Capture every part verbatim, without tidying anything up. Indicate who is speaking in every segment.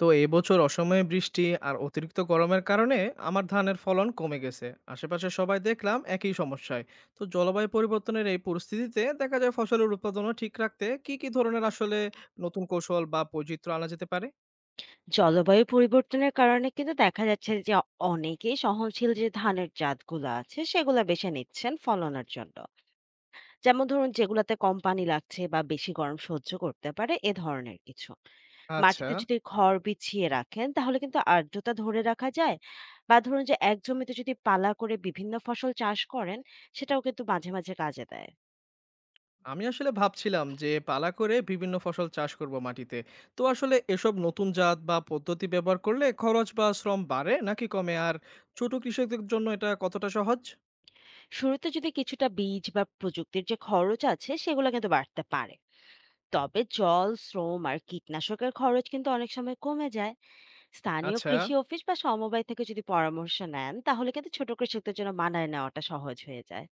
Speaker 1: তো এবছর অসময়ে বৃষ্টি আর অতিরিক্ত গরমের কারণে আমার ধানের ফলন কমে গেছে। আশেপাশে সবাই দেখলাম একই সমস্যায়। তো জলবায়ু পরিবর্তনের এই পরিস্থিতিতে দেখা যায় ফসলের উৎপাদনও ঠিক রাখতে কি কি ধরনের আসলে নতুন কৌশল বা বৈচিত্র্য আনা যেতে পারে?
Speaker 2: জলবায়ু পরিবর্তনের কারণে কিন্তু দেখা যাচ্ছে যে অনেকেই সহনশীল যে ধানের জাতগুলো আছে সেগুলো বেছে নিচ্ছেন ফলনের জন্য। যেমন ধরুন, যেগুলাতে কম পানি লাগছে বা বেশি গরম সহ্য করতে পারে এ ধরনের কিছু।
Speaker 1: আচ্ছা,
Speaker 2: মাটিতে যদি খড় বিছিয়ে রাখেন তাহলে কিন্তু আর্দ্রতা ধরে রাখা যায়। বা ধরুন যে, এক জমিতে যদি পালা করে বিভিন্ন ফসল চাষ করেন, সেটাও কিন্তু মাঝে মাঝে কাজে দেয়।
Speaker 1: আমি আসলে ভাবছিলাম যে পালা করে বিভিন্ন ফসল চাষ করব মাটিতে। তো আসলে এসব নতুন জাত বা পদ্ধতি ব্যবহার করলে খরচ বা শ্রম বাড়ে নাকি কমে, আর ছোট কৃষকদের জন্য এটা কতটা সহজ?
Speaker 2: শুরুতে যদি কিছুটা বীজ বা প্রযুক্তির যে খরচ আছে সেগুলো কিন্তু বাড়তে পারে। তবে জল, শ্রম আর কীটনাশকের খরচ কিন্তু অনেক সময় কমে যায়। স্থানীয়
Speaker 1: আচ্ছা,
Speaker 2: কৃষি অফিস বা সমবায় থেকে যদি পরামর্শ নেন, তাহলে কিন্তু ছোট কৃষকদের জন্য মানায় নেওয়াটা সহজ হয়ে যায়।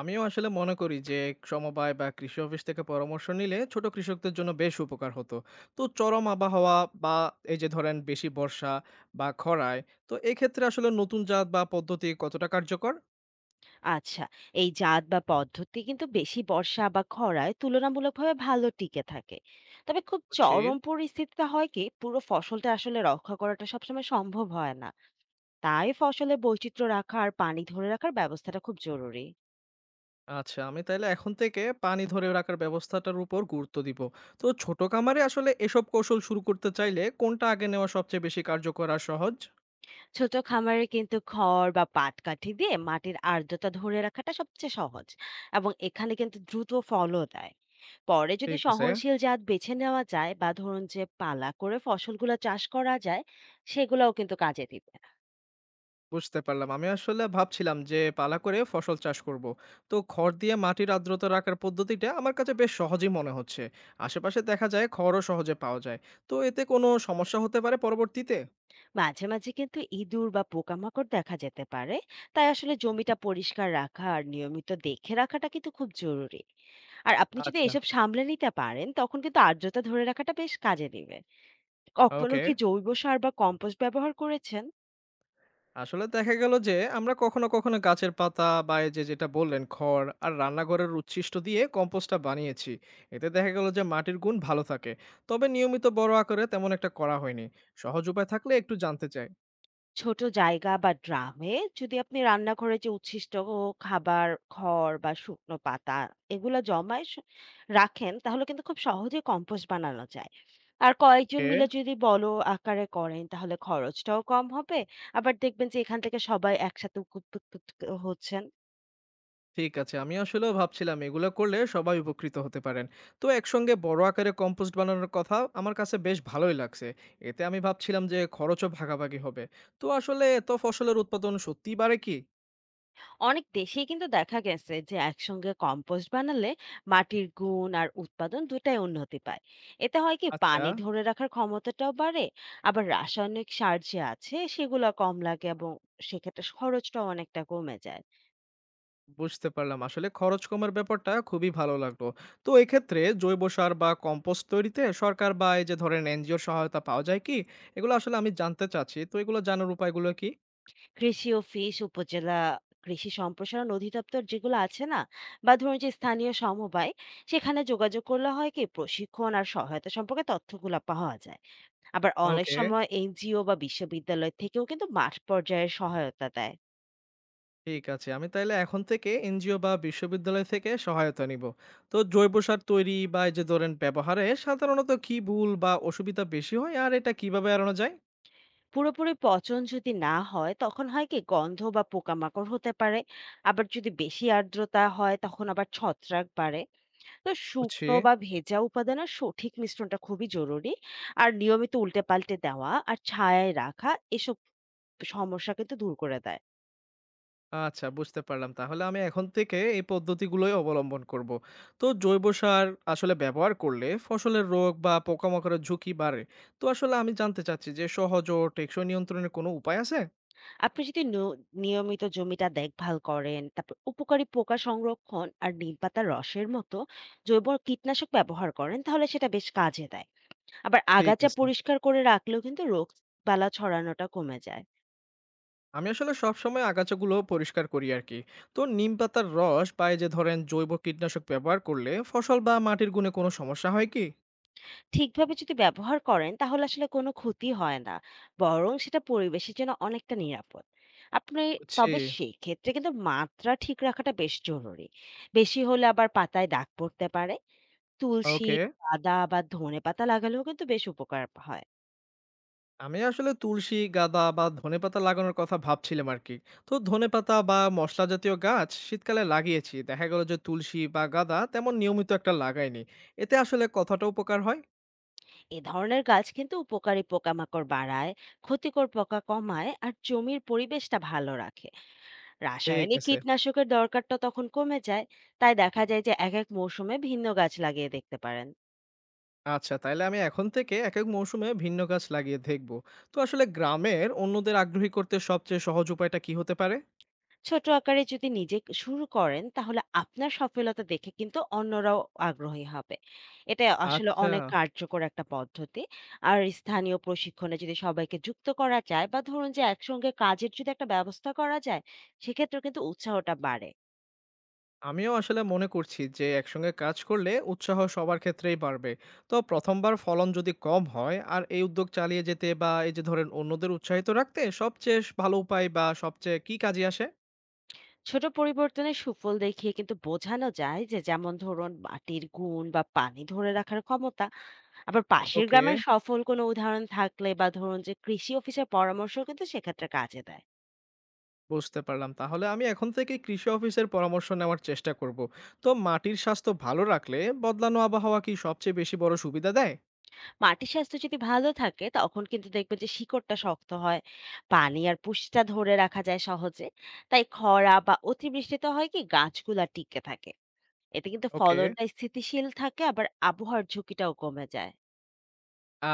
Speaker 1: আমিও আসলে মনে করি যে সমবায় বা কৃষি অফিস থেকে পরামর্শ নিলে ছোট কৃষকদের জন্য বেশ উপকার হতো। তো চরম আবহাওয়া বা এই যে ধরেন বেশি বর্ষা বা খরায়, তো এক্ষেত্রে আসলে নতুন জাত বা পদ্ধতি কতটা কার্যকর?
Speaker 2: আচ্ছা, এই জাত বা পদ্ধতি কিন্তু বেশি বর্ষা বা খরায় তুলনামূলকভাবে ভালো টিকে থাকে। তবে খুব
Speaker 1: বুঝছি।
Speaker 2: চরম পরিস্থিতিতে হয় কি, পুরো ফসলটা আসলে রক্ষা করাটা সবসময় সম্ভব হয় না। তাই ফসলে বৈচিত্র্য রাখা আর পানি ধরে রাখার ব্যবস্থাটা খুব জরুরি।
Speaker 1: আচ্ছা, আমি তাহলে এখন থেকে পানি ধরে রাখার ব্যবস্থাটার উপর গুরুত্ব দিব। তো ছোট খামারে আসলে এসব কৌশল শুরু করতে চাইলে কোনটা আগে নেওয়া সবচেয়ে বেশি কার্যকর আর সহজ?
Speaker 2: ছোট খামারে কিন্তু খড় বা পাটকাঠি দিয়ে মাটির আর্দ্রতা ধরে রাখাটা সবচেয়ে সহজ, এবং এখানে কিন্তু দ্রুত ফলও দেয়। পরে যদি
Speaker 1: ঠিক আছে।
Speaker 2: সহনশীল জাত বেছে নেওয়া যায় বা ধরুন যে পালা করে ফসলগুলো চাষ করা যায়, সেগুলোও কিন্তু কাজে দিবে।
Speaker 1: বুঝতে পারলাম। আমি আসলে ভাবছিলাম যে পালা করে ফসল চাষ করব। তো খড় দিয়ে মাটির আর্দ্রতা রাখার পদ্ধতিটা আমার কাছে বেশ সহজই মনে হচ্ছে। আশেপাশে দেখা যায় খড়ও সহজে পাওয়া যায়। তো এতে কোনো সমস্যা হতে পারে পরবর্তীতে?
Speaker 2: মাঝে মাঝে কিন্তু ইঁদুর বা পোকামাকড় দেখা যেতে পারে। তাই আসলে জমিটা পরিষ্কার রাখা আর নিয়মিত দেখে রাখাটা কিন্তু খুব জরুরি। আর আপনি যদি
Speaker 1: আচ্ছা,
Speaker 2: এসব সামলে নিতে পারেন তখন কিন্তু আর্দ্রতা ধরে রাখাটা বেশ কাজে দিবে। কখনো
Speaker 1: ওকে।
Speaker 2: কি জৈব সার বা কম্পোস্ট ব্যবহার করেছেন?
Speaker 1: আসলে দেখা গেল যে আমরা কখনো কখনো গাছের পাতা বা এই যে যেটা বললেন খড় আর রান্নাঘরের উচ্ছিষ্ট দিয়ে কম্পোস্টটা বানিয়েছি। এতে দেখা গেল যে মাটির গুণ ভালো থাকে। তবে নিয়মিত বড় আকারে তেমন একটা করা হয়নি। সহজ উপায় থাকলে একটু জানতে চাই।
Speaker 2: ছোট জায়গা বা ড্রামে যদি আপনি রান্নাঘরে যে উচ্ছিষ্ট খাবার, খড় বা শুকনো পাতা এগুলা জমায় স রাখেন তাহলে কিন্তু খুব সহজে কম্পোস্ট বানানো যায়। আর কয়েকজন
Speaker 1: ওকে।
Speaker 2: মিলে যদি বড় আকারে করেন তাহলে খরচটাও কম হবে। আবার দেখবেন যে এখান থেকে সবাই একসাথে উপকৃত হচ্ছেন।
Speaker 1: ঠিক আছে। আমি আসলেও ভাবছিলাম এগুলো করলে সবাই উপকৃত হতে পারেন। তো একসঙ্গে বড় আকারে কম্পোস্ট বানানোর কথা আমার কাছে বেশ ভালোই লাগছে। এতে আমি ভাবছিলাম যে খরচও ভাগাভাগি হবে। তো আসলে এত ফসলের উৎপাদন সত্যিই বাড়ে কি?
Speaker 2: অনেক দেশেই কিন্তু দেখা গেছে যে একসঙ্গে কম্পোস্ট বানালে মাটির গুণ আর উৎপাদন দুটাই উন্নতি পায়। এতে হয় কি,
Speaker 1: আচ্ছা,
Speaker 2: পানি ধরে রাখার ক্ষমতাটাও বাড়ে। আবার রাসায়নিক সার যে আছে সেগুলো কম লাগে, এবং সেক্ষেত্রে খরচটাও অনেকটা কমে যায়।
Speaker 1: বুঝতে পারলাম। আসলে খরচ কমের ব্যাপারটা খুবই ভালো লাগলো। তো এক্ষেত্রে জৈব সার বা কম্পোস্ট তৈরিতে সরকার বা এই যে ধরেন এনজিওর সহায়তা পাওয়া যায় কি? এগুলো আসলে আমি জানতে চাচ্ছি। তো এগুলো জানার উপায়গুলো কি?
Speaker 2: কৃষি ও ফিশ উপজেলা কৃষি সম্প্রসারণ অধিদপ্তর যেগুলো আছে না, বা ধরুন যে স্থানীয় সমবায়, সেখানে যোগাযোগ করলে হয় কি, প্রশিক্ষণ আর সহায়তা সম্পর্কে তথ্যগুলো পাওয়া যায়। আবার অনেক
Speaker 1: ওকে।
Speaker 2: সময় এনজিও বা বিশ্ববিদ্যালয় থেকেও কিন্তু মাঠ পর্যায়ে সহায়তা দেয়।
Speaker 1: ঠিক আছে। আমি তাইলে এখন থেকে এনজিও বা বিশ্ববিদ্যালয় থেকে সহায়তা নিব। তো জৈব সার তৈরি বা এই যে ধরেন ব্যবহারে সাধারণত কি ভুল বা অসুবিধা বেশি হয় আর এটা কিভাবে এড়ানো যায়?
Speaker 2: পুরোপুরি পচন যদি না হয় তখন হয় কি, গন্ধ বা পোকামাকড় হতে পারে। আবার যদি বেশি আর্দ্রতা হয় তখন আবার ছত্রাক বাড়ে। তো
Speaker 1: বুঝছি।
Speaker 2: শুকনো বা ভেজা উপাদানের সঠিক মিশ্রণটা খুবই জরুরি। আর নিয়মিত উল্টে পাল্টে দেওয়া আর ছায়ায় রাখা, এসব সমস্যা কিন্তু দূর করে দেয়।
Speaker 1: আচ্ছা, বুঝতে পারলাম। তাহলে আমি এখন থেকে এই পদ্ধতিগুলোই অবলম্বন করব। তো জৈব সার আসলে ব্যবহার করলে ফসলের রোগ বা পোকামাকড়ের ঝুঁকি বাড়ে। তো আসলে আমি জানতে চাচ্ছি যে সহজ ও টেকসই নিয়ন্ত্রণের কোনো উপায় আছে?
Speaker 2: আপনি যদি ন- নিয়মিত জমিটা দেখভাল করেন, তারপর উপকারী পোকা সংরক্ষণ আর নিম পাতার রসের মতো জৈব কীটনাশক ব্যবহার করেন তাহলে সেটা বেশ কাজে দেয়। আবার
Speaker 1: ঠিক
Speaker 2: আগাছা
Speaker 1: আছে।
Speaker 2: পরিষ্কার করে রাখলেও কিন্তু রোগ বালা ছড়ানোটা কমে যায়।
Speaker 1: আমি আসলে সবসময় আগাছাগুলো পরিষ্কার করি আর কি। তো নিম পাতার রস বা এই যে ধরেন জৈব কীটনাশক ব্যবহার করলে ফসল বা মাটির গুণে কোনো সমস্যা হয় কি?
Speaker 2: ঠিকভাবে যদি ব্যবহার করেন তাহলে আসলে কোনো ক্ষতি হয় না, বরং সেটা পরিবেশের জন্য অনেকটা নিরাপদ। আপনি,
Speaker 1: বুঝছি।
Speaker 2: তবে সেই ক্ষেত্রে কিন্তু মাত্রা ঠিক রাখাটা বেশ জরুরি। বেশি হলে আবার পাতায় দাগ পড়তে পারে। তুলসী,
Speaker 1: ওকে।
Speaker 2: আদা বা ধনেপাতা লাগালেও কিন্তু বেশ উপকার হয়।
Speaker 1: আমি আসলে তুলসী গাঁদা বা ধনেপাতা লাগানোর কথা ভাবছিলাম আর কি। তো ধনেপাতা বা মশলা জাতীয় গাছ শীতকালে লাগিয়েছি, দেখা গেল যে তুলসী বা গাঁদা তেমন নিয়মিত একটা লাগাইনি। এতে আসলে কতটা উপকার হয়?
Speaker 2: এ ধরনের গাছ কিন্তু উপকারী পোকামাকড় বাড়ায়, ক্ষতিকর পোকা কমায় আর জমির পরিবেশটা ভালো রাখে।
Speaker 1: ঠিক
Speaker 2: রাসায়নিক
Speaker 1: আছে।
Speaker 2: কীটনাশকের দরকারটা তখন কমে যায়। তাই দেখা যায় যে, এক এক মৌসুমে ভিন্ন গাছ লাগিয়ে দেখতে পারেন।
Speaker 1: আচ্ছা, তাইলে আমি এখন থেকে একেক মৌসুমে ভিন্ন গাছ লাগিয়ে দেখব। তো আসলে গ্রামের অন্যদের আগ্রহী করতে সবচেয়ে সহজ উপায়টা কি হতে পারে?
Speaker 2: ছোট আকারে যদি নিজে শুরু করেন তাহলে আপনার সফলতা দেখে কিন্তু অন্যরাও আগ্রহী হবে। এটা আসলে
Speaker 1: আচ্ছা,
Speaker 2: অনেক কার্যকর একটা পদ্ধতি। আর স্থানীয় প্রশিক্ষণে যদি সবাইকে যুক্ত করা যায় বা ধরুন যে একসঙ্গে কাজের যদি একটা ব্যবস্থা করা যায়, সেক্ষেত্রেও কিন্তু উৎসাহটা বাড়ে।
Speaker 1: আমিও আসলে মনে করছি যে একসঙ্গে কাজ করলে উৎসাহ সবার ক্ষেত্রেই বাড়বে। তো প্রথম বার ফলন যদি কম হয় আর এই উদ্যোগ চালিয়ে যেতে বা এই যে ধরেন অন্যদের উৎসাহিত রাখতে সবচেয়ে স ভালো উপায় বা সবচেয়ে কি কাজে আসে?
Speaker 2: ছোট পরিবর্তনের সুফল দেখিয়ে কিন্তু বোঝানো যায় যে, যেমন ধরুন মাটির গুণ বা পানি ধরে রাখার ক্ষমতা। আবার পাশের
Speaker 1: ওকে।
Speaker 2: গ্রামের সফল কোনো উদাহরণ থাকলে বা ধরুন যে কৃষি অফিসের পরামর্শও কিন্তু সেক্ষেত্রে কাজে দেয়।
Speaker 1: বুঝতে পারলাম। তাহলে আমি এখন থেকেই কৃষি অফিসের পরামর্শ নেওয়ার চেষ্টা করব। তো মাটির স্বাস্থ্য ভালো রাখলে বদলানো আবহাওয়া কি সবচেয়ে বেশি বড় সুবিধা দেয়?
Speaker 2: মাটির স্বাস্থ্য যদি ভালো থাকে তখন কিন্তু দেখবেন যে শিকড়টা শক্ত হয়, পানি আর পুষ্টিটা ধরে রাখা যায় সহজে। তাই খরা বা অতিবৃষ্টিতে হয় কি, গাছগুলা টিকে থাকে। এতে কিন্তু
Speaker 1: ওকে।
Speaker 2: ফলনটা স্থিতিশীল থাকে, আবার আবহাওয়ার ঝুঁকিটাও কমে যায়।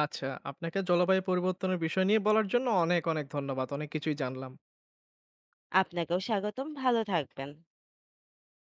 Speaker 1: আচ্ছা, আপনাকে জলবায়ু পরিবর্তনের বিষয় নিয়ে বলার জন্য অনেক, অনেক ধন্যবাদ। অনেক কিছুই জানলাম।
Speaker 2: আপনাকেও স্বাগতম, ভালো থাকবেন।